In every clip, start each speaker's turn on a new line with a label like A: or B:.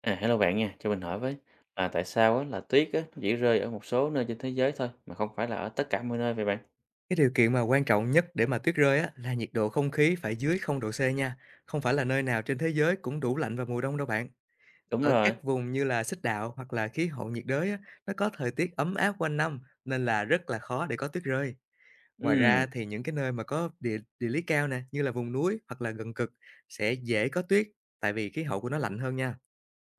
A: À, hello bạn nha, cho mình hỏi với là tại sao á, là tuyết á, nó chỉ rơi ở một số nơi trên thế giới thôi mà không phải là ở tất cả mọi nơi vậy bạn?
B: Cái điều kiện mà quan trọng nhất để mà tuyết rơi á, là nhiệt độ không khí phải dưới không độ c nha, không phải là nơi nào trên thế giới cũng đủ lạnh vào mùa đông đâu bạn.
A: Đúng
B: Ở
A: rồi.
B: các vùng như là xích đạo hoặc là khí hậu nhiệt đới á, nó có thời tiết ấm áp quanh năm nên là rất là khó để có tuyết rơi. Ngoài
A: Ừm,
B: ra thì những cái nơi mà có địa địa lý cao nè, như là vùng núi hoặc là gần cực sẽ dễ có tuyết tại vì khí hậu của nó lạnh hơn nha.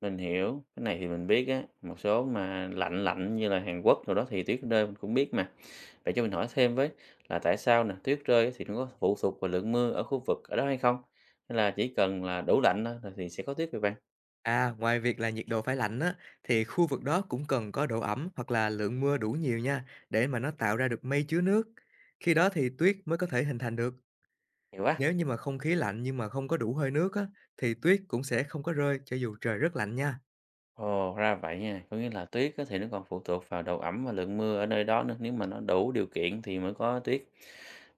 A: mình hiểu. Cái này thì mình biết á, một số mà lạnh lạnh như là Hàn Quốc rồi đó thì tuyết rơi mình cũng biết mà. Vậy cho mình hỏi thêm với là tại sao nè, tuyết rơi á thì nó có phụ thuộc vào lượng mưa ở khu vực ở đó hay không? Hay là chỉ cần là đủ lạnh thôi là thì sẽ có tuyết vậy bạn?
B: À, ngoài việc là nhiệt độ phải lạnh á, thì khu vực đó cũng cần có độ ẩm hoặc là lượng mưa đủ nhiều nha, để mà nó tạo ra được mây chứa nước. Khi đó thì tuyết mới có thể hình thành được.
A: Hiểu quá.
B: Nếu như mà không khí lạnh nhưng mà không có đủ hơi nước á, thì tuyết cũng sẽ không có rơi cho dù trời rất lạnh nha.
A: Ồ, ra vậy nha. Có nghĩa là tuyết á thì nó còn phụ thuộc vào độ ẩm và lượng mưa ở nơi đó nữa. Nếu mà nó đủ điều kiện thì mới có tuyết.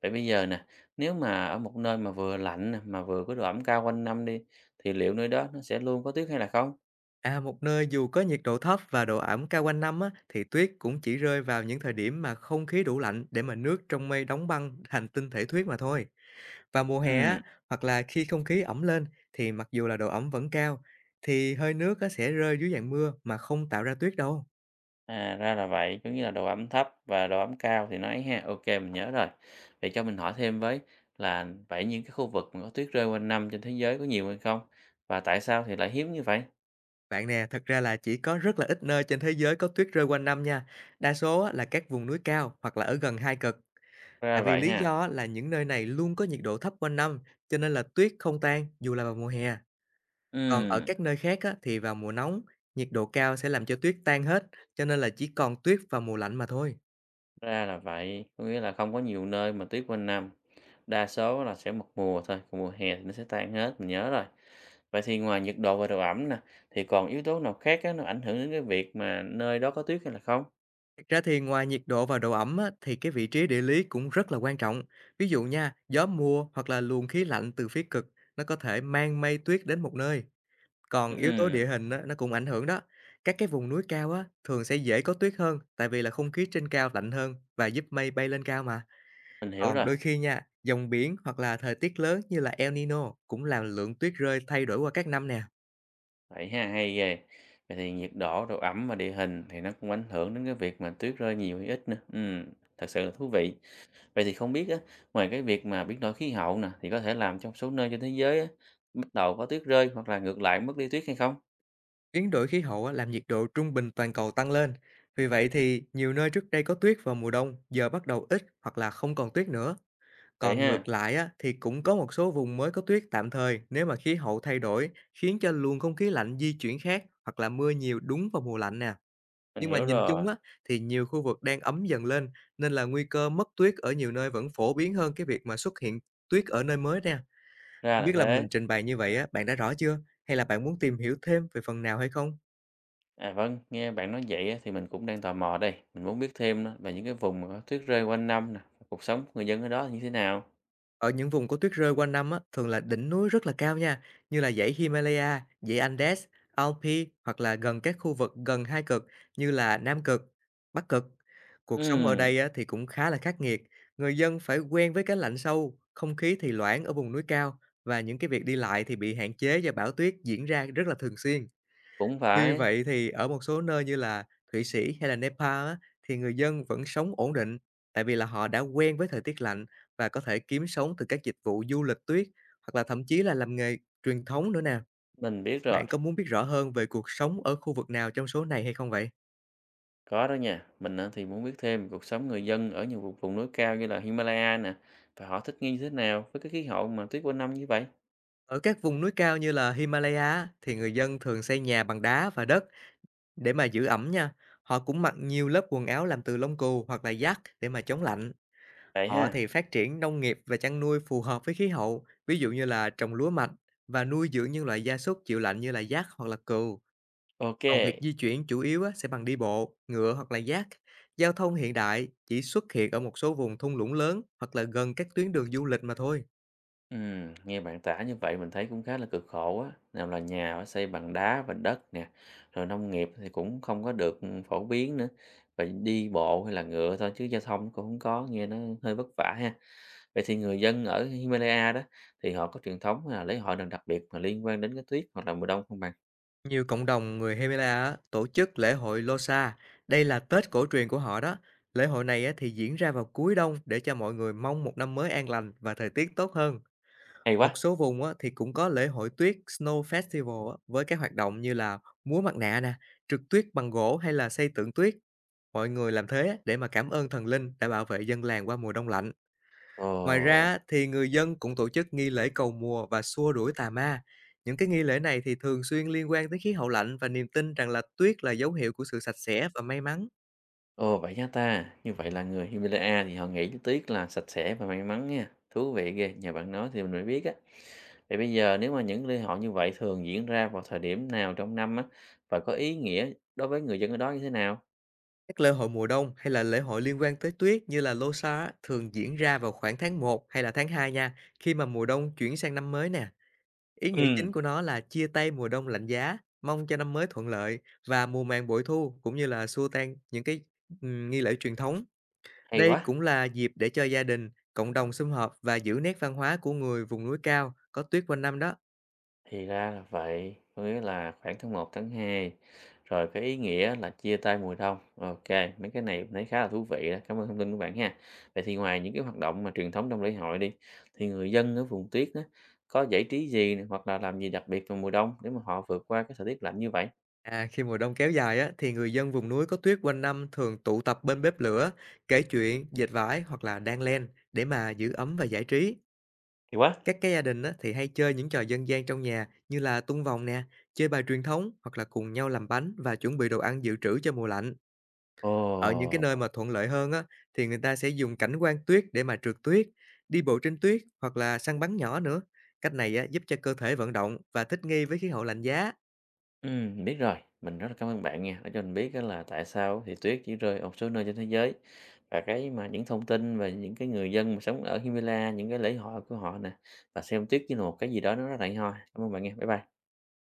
A: Vậy bây giờ nè, nếu mà ở một nơi mà vừa lạnh nè, mà vừa có độ ẩm cao quanh năm đi, thì liệu nơi đó nó sẽ luôn có tuyết hay là không?
B: À, một nơi dù có nhiệt độ thấp và độ ẩm cao quanh năm á, thì tuyết cũng chỉ rơi vào những thời điểm mà không khí đủ lạnh để mà nước trong mây đóng băng thành tinh thể tuyết mà thôi. Vào mùa hè
A: Ừ,
B: á, hoặc là khi không khí ẩm lên thì mặc dù là độ ẩm vẫn cao, thì hơi nước á sẽ rơi dưới dạng mưa mà không tạo ra tuyết đâu.
A: à ra là vậy. Có nghĩa là độ ẩm thấp và độ ẩm cao thì nó ấy ha. Ok, mình nhớ rồi. Vậy cho mình hỏi thêm với là vậy những cái khu vực mà có tuyết rơi quanh năm trên thế giới có nhiều hay không? Và tại sao thì lại hiếm như vậy?
B: Bạn nè, thật ra là chỉ có rất là ít nơi trên thế giới có tuyết rơi quanh năm nha. Đa số á là các vùng núi cao hoặc là ở gần hai cực.
A: Ra
B: Tại vì
A: vậy
B: lý
A: ha.
B: do á là những nơi này luôn có nhiệt độ thấp quanh năm, cho nên là tuyết không tan dù là vào mùa hè. Còn ở
A: Ừ.
B: các nơi khác á, thì vào mùa nóng, nhiệt độ cao sẽ làm cho tuyết tan hết, cho nên là chỉ còn tuyết vào mùa lạnh mà thôi.
A: Ra là vậy, có nghĩa là không có nhiều nơi mà tuyết quanh năm, đa số là sẽ một mùa thôi, còn mùa hè thì nó sẽ tan hết, mình nhớ rồi. Vậy thì ngoài nhiệt độ và độ ẩm nè, thì còn yếu tố nào khác á, nó ảnh hưởng đến cái việc mà nơi đó có tuyết hay là không?
B: Thực ra thì ngoài nhiệt độ và độ ẩm á, thì cái vị trí địa lý cũng rất là quan trọng. Ví dụ nha, gió mùa hoặc là luồng khí lạnh từ phía cực nó có thể mang mây tuyết đến một nơi. Còn yếu tố
A: Ừm,
B: địa hình á, nó cũng ảnh hưởng đó. Các cái vùng núi cao á, thường sẽ dễ có tuyết hơn tại vì là không khí trên cao lạnh hơn và giúp mây bay lên cao mà.
A: mình hiểu
B: Còn
A: rồi,
B: đôi khi nha, dòng biển hoặc là thời tiết lớn như là El Nino cũng làm lượng tuyết rơi thay đổi qua các năm nè.
A: vậy ha, hay ghê. Vậy thì nhiệt độ, độ ẩm và địa hình thì nó cũng ảnh hưởng đến cái việc mà tuyết rơi nhiều hay ít nữa. Thật sự là thú vị. Vậy thì không biết á, ngoài cái việc mà biến đổi khí hậu nè, thì có thể làm trong số nơi trên thế giới á, bắt đầu có tuyết rơi hoặc là ngược lại mất đi tuyết hay không?
B: Biến đổi khí hậu á, làm nhiệt độ trung bình toàn cầu tăng lên. Vì vậy thì nhiều nơi trước đây có tuyết vào mùa đông giờ bắt đầu ít hoặc là không còn tuyết nữa.
A: Vậy
B: Còn
A: ha,
B: ngược lại á, thì cũng có một số vùng mới có tuyết tạm thời nếu mà khí hậu thay đổi khiến cho luồng không khí lạnh di chuyển khác hoặc là mưa nhiều đúng vào mùa lạnh nè.
A: mình
B: Nhưng mà
A: hiểu
B: nhìn
A: rồi,
B: chung á, thì nhiều khu vực đang ấm dần lên nên là nguy cơ mất tuyết ở nhiều nơi vẫn phổ biến hơn cái việc mà xuất hiện tuyết ở nơi mới nè.
A: ra
B: Không
A: là
B: biết là
A: thế.
B: mình trình bày như vậy á, bạn đã rõ chưa? Hay là bạn muốn tìm hiểu thêm về phần nào hay không?
A: À vâng, nghe bạn nói vậy á, thì mình cũng đang tò mò đây, mình muốn biết thêm đó, về những cái vùng mà có tuyết rơi quanh năm nè, cuộc sống của người dân ở đó là như thế nào?
B: Ở những vùng có tuyết rơi quanh năm á, thường là đỉnh núi rất là cao nha, như là dãy Himalaya, dãy Andes, Alpi hoặc là gần các khu vực gần hai cực như là Nam Cực, Bắc Cực. Cuộc sống ở
A: Ừm,
B: đây á, thì cũng khá là khắc nghiệt. Người dân phải quen với cái lạnh sâu, không khí thì loãng ở vùng núi cao và những cái việc đi lại thì bị hạn chế do bão tuyết diễn ra rất là thường xuyên.
A: cũng
B: Tuy
A: phải,
B: vậy thì ở một số nơi như là Thụy Sĩ hay là Nepal á, thì người dân vẫn sống ổn định, tại vì là họ đã quen với thời tiết lạnh và có thể kiếm sống từ các dịch vụ du lịch tuyết hoặc là thậm chí là làm nghề truyền thống nữa nè.
A: mình biết rồi,
B: Bạn có muốn biết rõ hơn về cuộc sống ở khu vực nào trong số này hay không vậy?
A: có đó nha. Mình á, thì muốn biết thêm về cuộc sống người dân ở nhiều vùng, vùng núi cao như là Himalaya nè, và họ thích nghi như thế nào với cái khí hậu mà tuyết quanh năm như vậy?
B: Ở các vùng núi cao như là Himalaya á, thì người dân thường xây nhà bằng đá và đất để mà giữ ẩm nha. Họ cũng mặc nhiều lớp quần áo làm từ lông cừu hoặc là giác để mà chống lạnh.
A: Vậy
B: Họ
A: ha,
B: thì phát triển nông nghiệp và chăn nuôi phù hợp với khí hậu, ví dụ như là trồng lúa mạch và nuôi dưỡng những loại gia súc chịu lạnh như là dác hoặc là cừu.
A: ok.
B: Còn việc di chuyển chủ yếu á, sẽ bằng đi bộ, ngựa hoặc là dác. Giao thông hiện đại chỉ xuất hiện ở một số vùng thung lũng lớn hoặc là gần các tuyến đường du lịch mà thôi.
A: Nghe bạn tả như vậy mình thấy cũng khá là cực khổ á, nào là nhà phải xây bằng đá và đất nè, rồi nông nghiệp thì cũng không có được phổ biến nữa, phải đi bộ hay là ngựa thôi chứ giao thông cũng không có, nghe nó hơi vất vả ha. Vậy thì người dân ở Himalaya đó thì họ có truyền thống là lễ hội nào đặc biệt mà liên quan đến cái tuyết hoặc là mùa đông không bạn?
B: Nhiều cộng đồng người Hemela á, tổ chức lễ hội Losa. Đây là Tết cổ truyền của họ đó. Lễ hội này á, thì diễn ra vào cuối đông để cho mọi người mong một năm mới an lành và thời tiết tốt hơn.
A: Hay
B: Một
A: quá.
B: số vùng á, thì cũng có lễ hội tuyết Snow Festival á, với các hoạt động như là múa mặt nạ nè, trượt tuyết bằng gỗ hay là xây tượng tuyết. Mọi người làm thế để mà cảm ơn thần linh đã bảo vệ dân làng qua mùa đông lạnh. Ngoài ra
A: Ồ,
B: á, thì người dân cũng tổ chức nghi lễ cầu mùa và xua đuổi tà ma. Những cái nghi lễ này thì thường xuyên liên quan tới khí hậu lạnh và niềm tin rằng là tuyết là dấu hiệu của sự sạch sẽ và may mắn.
A: ồ vậy nha ta, như vậy là người Himalaya thì họ nghĩ cái tuyết là sạch sẽ và may mắn nha, thú vị ghê, nhờ bạn nói thì mình mới biết á. Thì bây giờ nếu mà những lễ hội như vậy thường diễn ra vào thời điểm nào trong năm á, và có ý nghĩa đối với người dân ở đó như thế nào?
B: Các lễ hội mùa đông hay là lễ hội liên quan tới tuyết như là Losar á, thường diễn ra vào khoảng tháng một hay là tháng 2 nha, khi mà mùa đông chuyển sang năm mới nè. Ý nghĩa
A: Ừ,
B: chính của nó là chia tay mùa đông lạnh giá, mong cho năm mới thuận lợi và mùa màng bội thu cũng như là xua tan những cái nghi lễ truyền thống.
A: hay
B: Đây
A: quá,
B: cũng là dịp để cho gia đình, cộng đồng sum họp và giữ nét văn hóa của người vùng núi cao có tuyết quanh năm đó.
A: thì ra là vậy, có nghĩa là khoảng tháng một tháng 2 rồi cái ý nghĩa là chia tay mùa đông. Ok, mấy cái này mình thấy khá là thú vị đó, cảm ơn thông tin của bạn ha. Vậy thì ngoài những cái hoạt động mà truyền thống trong lễ hội đi, thì người dân ở vùng tuyết đó, có giải trí gì nè, hoặc là làm gì đặc biệt vào mùa đông để mà họ vượt qua cái thời tiết lạnh như vậy?
B: À, khi mùa đông kéo dài á, thì người dân vùng núi có tuyết quanh năm thường tụ tập bên bếp lửa, kể chuyện, dệt vải hoặc là đan len để mà giữ ấm và giải trí.
A: Hay quá.
B: Các cái gia đình á, thì hay chơi những trò dân gian trong nhà như là tung vòng nè, chơi bài truyền thống hoặc là cùng nhau làm bánh và chuẩn bị đồ ăn dự trữ cho mùa lạnh. Ở những cái
A: Ồ,
B: nơi mà thuận lợi hơn á, thì người ta sẽ dùng cảnh quan tuyết để mà trượt tuyết, đi bộ trên tuyết hoặc là săn bắn nhỏ nữa. Cách này á, giúp cho cơ thể vận động và thích nghi với khí hậu lạnh giá.
A: ừm, mình biết rồi. Mình rất là cảm ơn bạn nha, đã cho mình biết á là tại sao thì tuyết chỉ rơi ở một số nơi trên thế giới. Và cái mà những thông tin về những cái người dân mà sống ở Himalaya, những cái lễ hội của họ nè, và xem tuyết như là một cái gì đó nó rất là hay ho. Cảm ơn bạn nha. Bye bye.